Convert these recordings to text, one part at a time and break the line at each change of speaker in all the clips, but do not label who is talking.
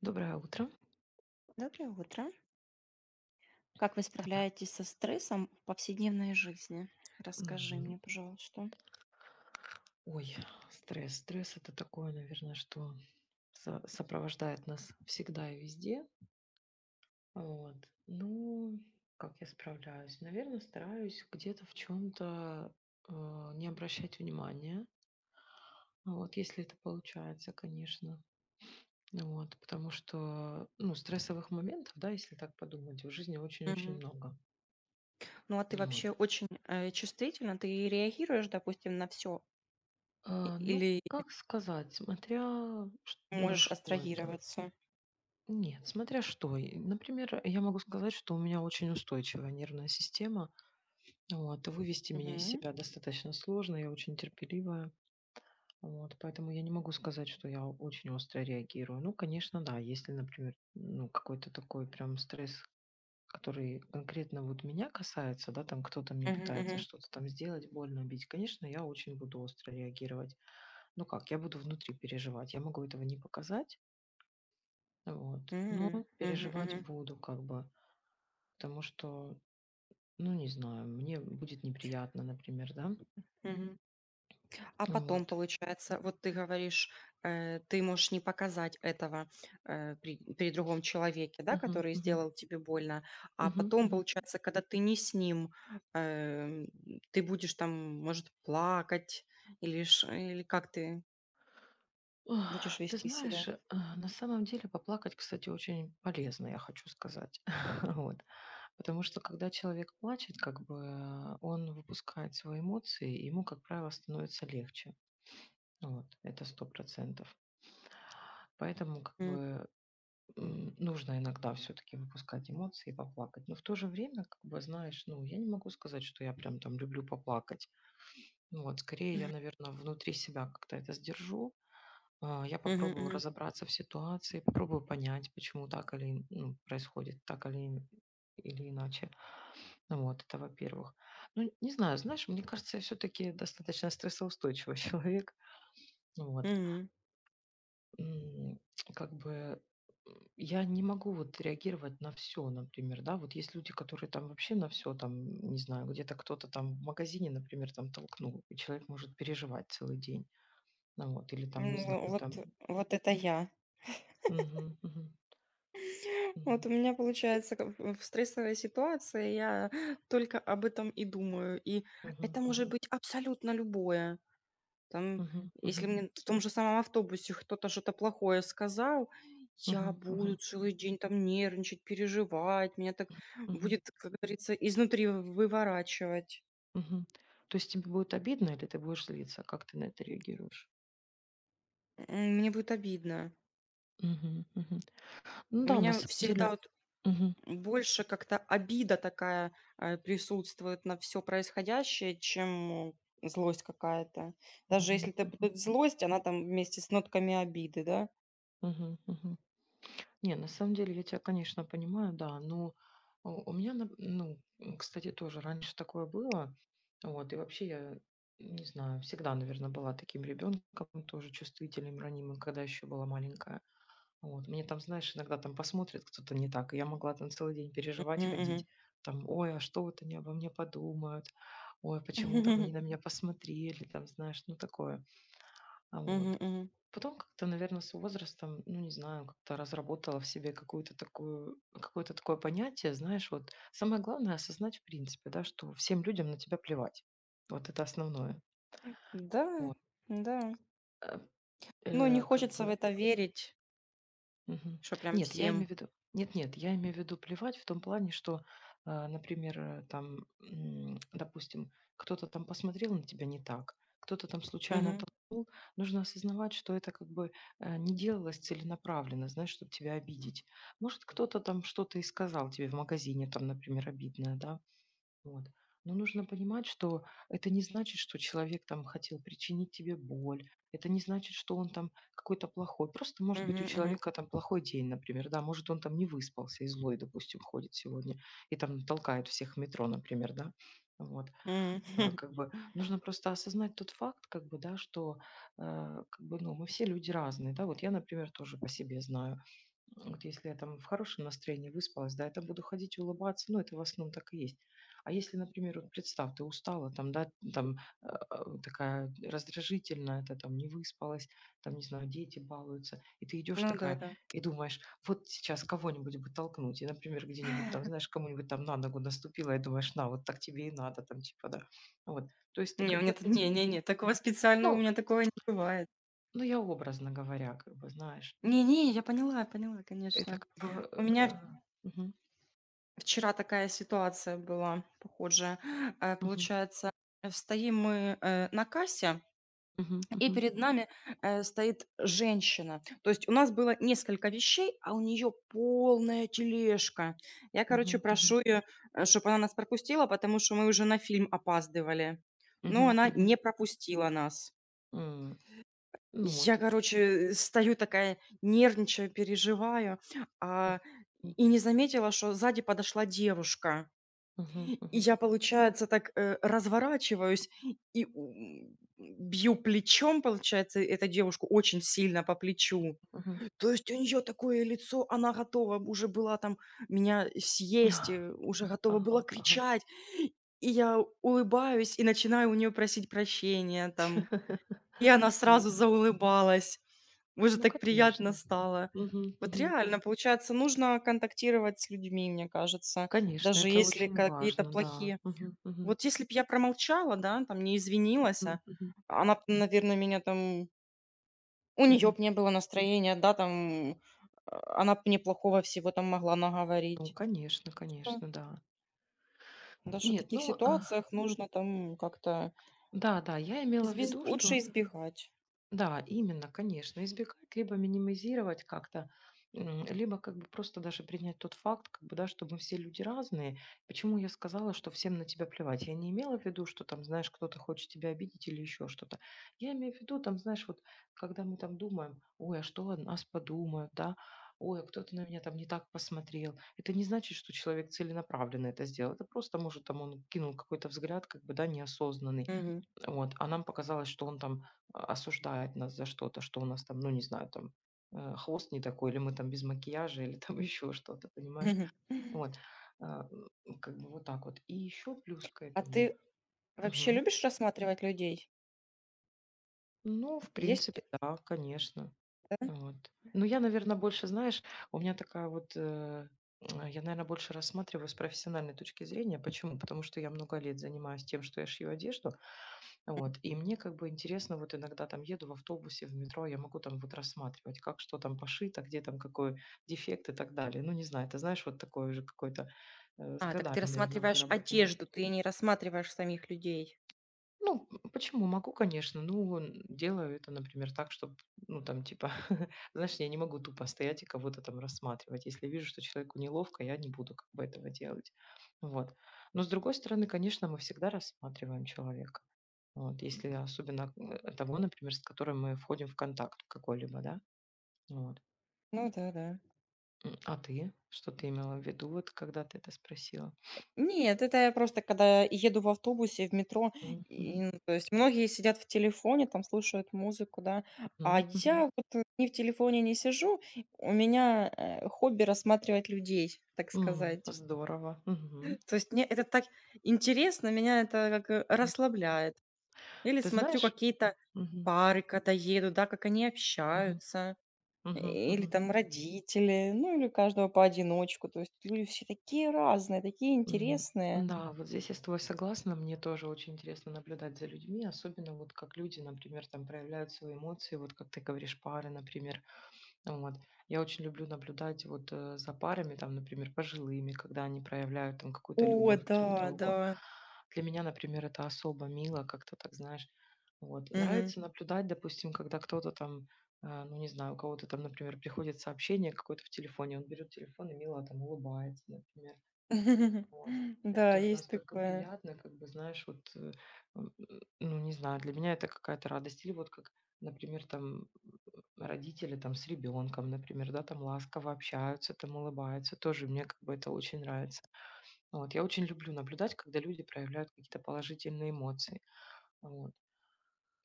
Доброе утро.
Доброе утро. Как вы
Так,
справляетесь со стрессом в повседневной жизни? Расскажи
мгм.
мне, пожалуйста.
Ой, стресс. Стресс это такое, наверное, что сопровождает нас всегда и везде. Вот. Ну, как я справляюсь? Наверное, стараюсь где-то в чем-то не обращать внимания. Вот, если это получается, конечно. Вот, потому что, ну, стрессовых моментов, да, если так подумать, в жизни очень-очень
Мгм.
много.
Ну, а ты
Вот.
вообще очень чувствительна? Ты реагируешь, допустим, на все
А, ну,
или
как сказать, смотря
можешь
что это.
абстрагироваться?
Нет, смотря что. И, например, я могу сказать, что у меня очень устойчивая нервная система. Вот, и вывести меня из
Мгм.
себя достаточно сложно, я очень терпеливая. Вот, поэтому я не могу сказать, что я очень остро реагирую. Ну, конечно, да, если, например, ну, какой-то такой прям стресс, который конкретно вот меня касается, да, там кто-то мне
Мгм,
пытается
мгм.
что-то там сделать, больно бить, конечно, я очень буду остро реагировать. Ну как, я буду внутри переживать, я могу этого не показать, вот,
М,
но
мгм,
переживать
мгм,
буду как бы. Потому что, ну, не знаю, мне будет неприятно, например, да.
мгм. А потом,
Вот.
получается, вот ты говоришь, ты можешь не показать этого, при другом человеке, да,
Мгм,
который
мгм,
сделал тебе больно. А
мгм,
потом,
мгм.
получается, когда ты не с ним, эм, ты будешь там, может, плакать или ш или как ты
Ох,
будешь
ты
вести себя?
знаешь, на самом деле поплакать, кстати, очень полезно, я хочу сказать. Вот. Потому что когда человек плачет, как бы он выпускает свои эмоции, и ему, как правило, становится легче. Вот. Это сто процентов. Поэтому как
М.
бы нужно иногда все-таки выпускать эмоции и поплакать. Но в то же время, как бы, знаешь, ну, я не могу сказать, что я прям там люблю поплакать. Ну, вот, скорее я, наверное, внутри себя как-то это сдержу. Я
Мгм,
попробую
мгм,
разобраться в ситуации, попробую понять, почему так или ну, происходит так или, или иначе. Ну вот, это во-первых. Ну, не знаю, знаешь, мне кажется, я все-таки достаточно стрессоустойчивый человек. Вот,
мгм.
М, как бы, я не могу вот реагировать на все, например, да. Вот есть люди, которые там вообще на все там, не знаю, где-то кто-то там в магазине, например, там толкнул, и человек может переживать целый день. Ну вот, или
Ну,
там, не
во
знаю,
вот
там.
вот это я.
Мгм, мгм, мгм,
Вот у меня получается, как в стрессовой ситуации я только об этом и думаю. И
мгм,
это может
мгм,
быть абсолютно любое. Там,
мгм,
если
мгм,
мне в том же самом автобусе кто-то что-то плохое сказал, я
мгм,
буду
мгм,
целый день там нервничать, переживать. Меня так
мгм,
будет, как говорится, изнутри выворачивать.
мгм. То есть тебе будет обидно или ты будешь злиться? Как ты на это реагируешь?
Мне будет обидно.
Мгм, мгм. Ну
У
да, на
меня
самом
всегда
деле.
вот
Мгм,
больше как-то обида такая присутствует на все происходящее, чем злость какая-то. Даже
мгм,
если это
мгм,
будет злость, она там вместе с нотками обиды, да?
мгм, мгм. Не, на самом деле я тебя, конечно, понимаю, да, но у меня, ну, кстати, тоже раньше такое было, вот, и вообще я, не знаю, всегда, наверное, была таким ребенком, тоже чувствительным, ранимым, когда еще была маленькая, вот, мне там, знаешь, иногда там посмотрит кто-то не так, и я могла там целый день переживать,
Мгм, мгм.
ходить, там, ой, а что вот они обо мне подумают, ой, почему там они на меня посмотрели, там, знаешь, ну, такое. А
Мгм,
вот.
мгм.
Потом как-то, наверное, с возрастом, ну, не знаю, как-то разработала в себе какую-то такую какое-то такое понятие. Знаешь, вот самое главное — осознать в принципе, да, что всем людям на тебя плевать. Вот это основное.
Да,
Вот.
да.
Э,
Ну, не
как
хочется в
бы.
это верить,
Мгм.
что прям
Нет, я
всем.
имею в виду нет-нет, я имею в виду плевать в том плане, что, например, там, допустим, кто-то там посмотрел на тебя не так, кто-то там случайно.
Мгм.
Нужно осознавать, что это как бы не делалось целенаправленно, знаешь, чтобы тебя обидеть. Может, кто-то там что-то и сказал тебе в магазине, там, например, обидное, да, вот. Но нужно понимать, что это не значит, что человек там хотел причинить тебе боль. Это не значит, что он там какой-то плохой. Просто, может быть, у
Мгм. Мгм.
человека там плохой день, например, да. Может, он там не выспался и злой, допустим, ходит сегодня и там толкает всех в метро, например, да. Вот.
М.
А, как бы нужно просто осознать тот факт, как бы, да, что, как бы, ну, мы все люди разные, да. Вот я, например, тоже по себе знаю. Вот если я там в хорошем настроении выспалась, да, я там буду ходить и улыбаться, ну, это в основном так и есть. А если, например, вот представь, ты устала, там, да, там э, э, такая раздражительная, ты там не выспалась, там, не знаю, дети балуются, и ты идешь
Ну да,
такая
да.
и думаешь, вот сейчас кого-нибудь бы толкнуть, и, например, где-нибудь там, знаешь, кому-нибудь там на ногу наступила, и думаешь, на, вот так тебе и надо, там, типа, да. Вот, то есть ты
Не, у
как
меня
бы,
тут
это
не не не, такого специального у
ну,
меня такого не бывает.
ну, я образно говоря, как бы, знаешь,
Не не, я поняла,
это
конечно.
как бы.
У меня в
Мгм,
вчера такая ситуация была похожая.
мгм.
Получается, стоим мы, на кассе.
Мгм,
И
мгм,
перед нами, стоит женщина. То есть у нас было несколько вещей, а у нее полная тележка. Я, короче,
мгм, мгм,
прошу ее, чтобы она нас пропустила, потому что мы уже на фильм опаздывали. Но
мгм,
она не
мгм.
пропустила нас.
М, ну
Я,
вот.
короче, стою такая, нервничаю, переживаю, а,
Мгм,
и не заметила, что сзади подошла девушка.
мгм,
И
мгм,
я, получается, так, разворачиваюсь и бью плечом, получается, эту девушку очень сильно по плечу.
мгм.
То есть у нее такое лицо, она готова уже была там меня съесть, уже готова была
Ага, ага.
кричать. И я улыбаюсь и начинаю у нее просить прощения там. И она
Ну
сразу заулыбалась. Уже
ну,
так приятно
конечно.
стало.
Мгм,
Вот
мгм.
реально, получается, нужно контактировать с людьми, мне кажется,
Конечно,
даже
это
если
очень
какие-то
важно, да.
плохие
Мгм, мгм,
вот если б я промолчала, да, там не извинилась,
мгм,
она наверное, меня там у неё
мгм.
б не было настроения, да, там, она б мне плохого всего там могла
Ну,
наговорить.
конечно,
М,
конечно, да.
даже в
Нет,
таких
ну,
ситуациях нужно там как-то
да-да, я имела в
избез
виду,
лучше
что.
избегать.
Да, именно, конечно, избегать, либо минимизировать как-то, либо как бы просто даже принять тот факт, как бы, да, что мы все люди разные. Почему я сказала, что всем на тебя плевать? Я не имела в виду, что там, знаешь, кто-то хочет тебя обидеть или еще что-то. Я имею в виду, там, знаешь, вот когда мы там думаем, ой, а что о нас подумают, да, ой, а кто-то на меня там не так посмотрел. Это не значит, что человек целенаправленно это сделал. Это просто, может, там он кинул какой-то взгляд, как бы, да, неосознанный вот, а нам показалось, что он там, осуждает нас за что-то, что у нас там, ну, не знаю, там, хвост не такой, или мы там без макияжа, или там еще что-то, понимаешь?
Мгм.
Вот, а, как бы вот так вот. И еще плюс к
А
этому.
ты вообще любишь рассматривать людей?
Ну, в
Есть,
принципе, да, конечно.
да?
Вот. Но я, наверное, больше, знаешь, у меня такая вот, я, наверное, больше рассматриваю с профессиональной точки зрения. Почему? Потому что я много лет занимаюсь тем, что я шью одежду. Вот. И мне как бы интересно, вот иногда там еду в автобусе, в метро, я могу там вот рассматривать, как что там пошито, где там какой дефект и так далее. Ну, не знаю, ты знаешь, вот такое уже какое-то с
А, так
годами,
ты
наверное,
рассматриваешь
выработанное.
одежду, ты не рассматриваешь самих людей.
Ну, почему? Могу, конечно. Ну, делаю это, например, так, чтобы, ну, там, типа, знаешь, я не могу тупо стоять и кого-то там рассматривать. Если вижу, что человеку неловко, я не буду как бы этого делать. Вот. Но с другой стороны, конечно, мы всегда рассматриваем человека. Вот. Если особенно того, например, с которым мы входим в контакт какой-либо, да? Вот.
Ну да, да.
А ты? Что ты имела в виду, вот, когда ты это спросила?
Нет, это я просто когда еду в автобусе, в метро,
М,
и,
мгм,
ну, то есть многие сидят в телефоне, там слушают музыку, да, а
мгм,
я
мгм.
вот ни в телефоне не сижу, у меня хобби рассматривать людей, так сказать.
Здорово. Мгм.
То есть мне это так интересно, меня это как
М.
расслабляет. Или
Ты
смотрю
знаешь?
какие-то пары, когда еду, да, как они
Мгм.
общаются,
Мгм.
или
Мгм.
там родители, ну или у каждого поодиночку. То есть люди все такие разные, такие интересные.
Да, вот здесь я с тобой согласна. Мне тоже очень интересно наблюдать за людьми, особенно вот как люди, например, там проявляют свои эмоции, вот как ты говоришь, пары, например. Вот. Я очень люблю наблюдать вот за парами, там, например, пожилыми, когда они проявляют там какую-то
О
любовь к
да,
друг
да.
другу. Для меня, например, это особо мило, как-то так, знаешь. Вот.
Мгм.
Нравится наблюдать, допустим, когда кто-то там, ну, не знаю, у кого-то там, например, приходит сообщение какое-то в телефоне, он берет телефон и мило там улыбается, например вот. Это
Да,
тоже
есть
настолько
такое.
приятно, как бы, знаешь, вот, м, ну, не знаю, для меня это какая-то радость. Или вот как, например, там родители там с ребенком, например, да, там ласково общаются, там улыбаются, тоже мне как бы это очень нравится. Вот. Я очень люблю наблюдать, когда люди проявляют какие-то положительные эмоции, вот,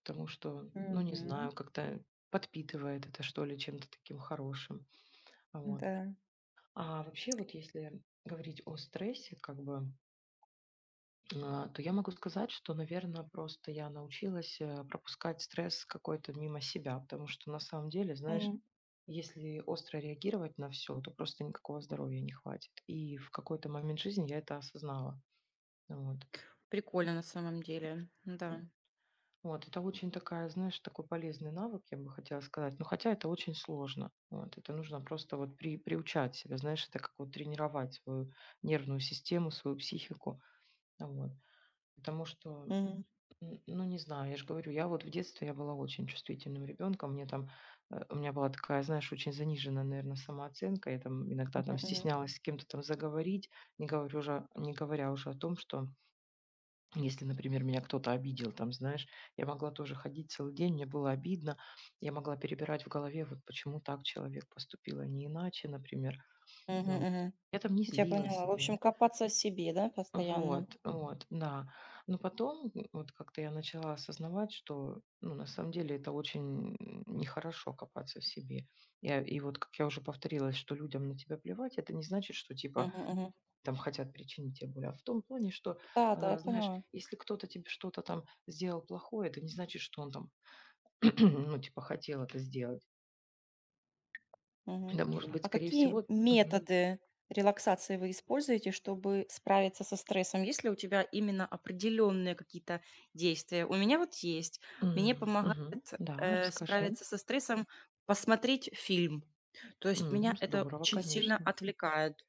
потому что, ну, не
Мгм.
знаю, как-то подпитывает это, что ли, чем-то таким хорошим, вот.
Да.
А вообще вот если говорить о стрессе, как бы, то я могу сказать, что, наверное, просто я научилась, пропускать стресс какой-то мимо себя, потому что на самом деле, знаешь,
М.
если остро реагировать на все, то просто никакого здоровья не хватит. И в какой-то момент жизни я это осознала. Вот.
Прикольно на самом деле, да.
М. Вот, это очень такая, знаешь, такой полезный навык, я бы хотела сказать, но хотя это очень сложно. Вот, это нужно просто вот приучать себя, знаешь, это как вот тренировать свою нервную систему, свою психику. Вот. Потому что
Мгм,
Н ну, не знаю, я ж говорю, я вот в детстве я была очень чувствительным ребенком. Мне там, у меня была такая, знаешь, очень заниженная, наверное, самооценка. Я там иногда там
мгм,
стеснялась с кем-то там заговорить, не говоря уже о том, что если, например, меня кто-то обидел, там, знаешь, я могла тоже ходить целый день, мне было обидно. Я могла перебирать в голове, вот почему так человек поступил, а не иначе, например.
мгм,
Ну вот.
мгм.
Я там не
Я
злилась,
поняла. В
нет.
общем, копаться в себе, да, постоянно?
Вот, вот, да. Но потом, вот как-то я начала осознавать, что, ну, на самом деле это очень нехорошо копаться в себе. Я, и вот, как я уже повторилась, что людям на тебя плевать, это не значит, что, типа,
Мгм, мгм.
там хотят причинить тебе боль, а в том плане, что,
Да, да, я
знаешь,
поняла.
если кто-то тебе что-то там сделал плохое, это не значит, что он там, ну, типа, хотел это сделать.
Мгм.
Да, может быть,
А
скорее
какие
всего. Мгм.
методы релаксации вы используете, чтобы справиться со стрессом? Есть ли у тебя именно определенные какие-то действия? У меня вот есть. Мне
М,
помогает
мгм. Да, расскажи.
справиться со стрессом посмотреть фильм. То есть меня это
Здорово,
очень сильно
конечно.
отвлекает.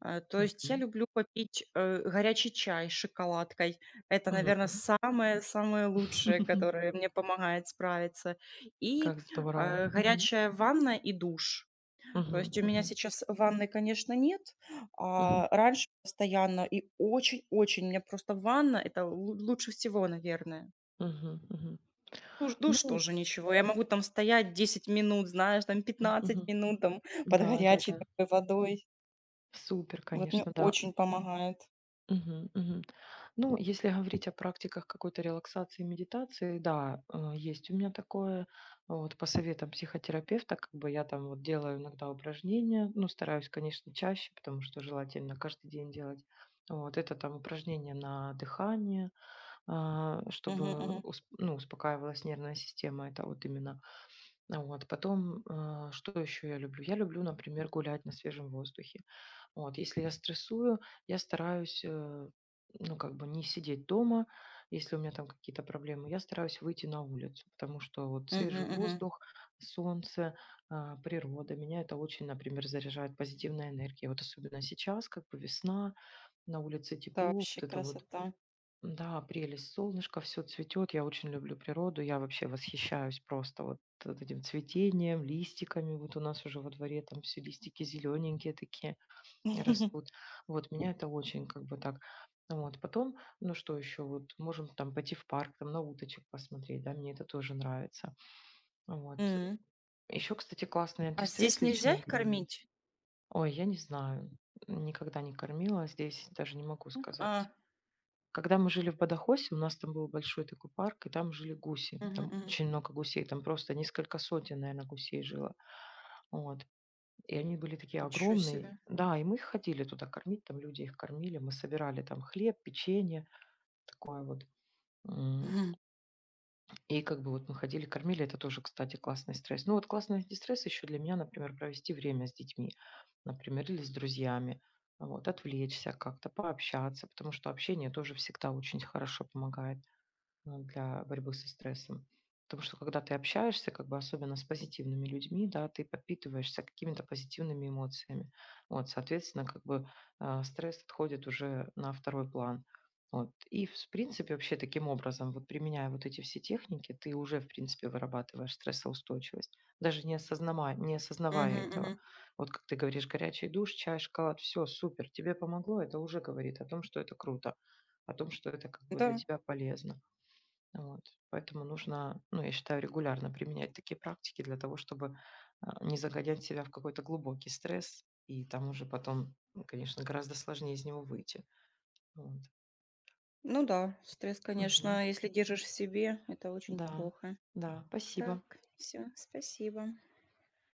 То есть я
Мгм.
люблю попить горячий чай с шоколадкой. Это, наверное,
Мгм.
самое-самое лучшее,
Мгм.
которое мне помогает справиться. И
Как здорово. Мгм.
горячая ванна и душ. То
Мгм.
есть у меня
Мгм.
сейчас ванны, конечно, нет,
Мгм.
а раньше постоянно и очень-очень. У меня просто ванна — это лу лучше всего, наверное.
Мгм. Мгм.
Душ
Ну,
тоже ничего. Я могу там стоять 10 минут, знаешь, там пятнадцать
мгм.
минут там под
Да,
горячей
да-да.
такой водой.
Супер,
Вот мне
конечно, да.
очень помогает.
Мгм. Мгм. Ну, если говорить о практиках какой-то релаксации и медитации, да, есть у меня такое. Вот по советам психотерапевта, как бы я там вот делаю иногда упражнения, ну, стараюсь, конечно, чаще, потому что желательно каждый день делать. Вот это там упражнения на дыхание,
Мгм,
чтобы
мгм,
усп ну, успокаивалась нервная система. Это вот именно. Вот. Потом, что еще я люблю? Я люблю, например, гулять на свежем воздухе. Вот. Если я стрессую, я стараюсь, ну, как бы не сидеть дома. Если у меня там какие-то проблемы, я стараюсь выйти на улицу, потому что вот
мгм,
свежий
мгм.
воздух, солнце, природа, меня это очень, например, заряжает позитивной энергией. Вот особенно сейчас, как бы весна, на улице
Это
тепло, вот
вообще
это вот
красота.
да, прелесть. Солнышко, все цветет. Я очень люблю природу. Я вообще восхищаюсь просто вот этим цветением, листиками. Вот у нас уже во дворе там все листики зелененькие такие растут. Вот меня это очень как бы так. Вот потом, ну что еще, вот можем там пойти в парк, там на уточек посмотреть, да, мне это тоже нравится. Вот.
М.
Еще, кстати, классный
А здесь
антистресс
нельзя
лично
их
для меня.
кормить?
Ой, я не знаю, никогда не кормила, здесь даже не могу сказать.
А,
Когда мы жили в Бадахосе, у нас там был большой такой парк, и там жили гуси.
мгм,
Там
мгм.
очень много гусей, там просто несколько сотен, наверное, гусей жило. Вот. И они были такие
Ничего
огромные.
себе.
Да, и мы их ходили туда кормить, там люди их кормили, мы собирали там хлеб, печенье, такое вот. М,
Мгм,
И как бы вот мы ходили, кормили, это тоже, кстати, классный стресс. Ну вот классный стресс еще для меня, например, провести время с детьми, например, или с друзьями, вот, отвлечься как-то, пообщаться, потому что общение тоже всегда очень хорошо помогает. Для борьбы со стрессом. Потому что когда ты общаешься, как бы особенно с позитивными людьми, да, ты подпитываешься какими-то позитивными эмоциями. Вот, соответственно, как бы стресс отходит уже на второй план. Вот. И, в принципе, вообще таким образом, вот применяя вот эти все техники, ты уже, в принципе, вырабатываешь стрессоустойчивость, даже не осознавая
мгм,
этого.
мгм.
Вот как ты говоришь, горячий душ, чай, шоколад, все, супер, тебе помогло, это уже говорит о том, что это круто, о том, что это как бы для
Да.
тебя полезно. Вот. Поэтому нужно, ну, я считаю, регулярно применять такие практики для того, чтобы не загонять себя в какой-то глубокий стресс, и там уже потом, конечно, гораздо сложнее из него выйти. Вот.
Ну да, стресс,
Мгм.
конечно, если держишь в себе, это очень
Да,
плохо.
да, спасибо.
Так, все, спасибо.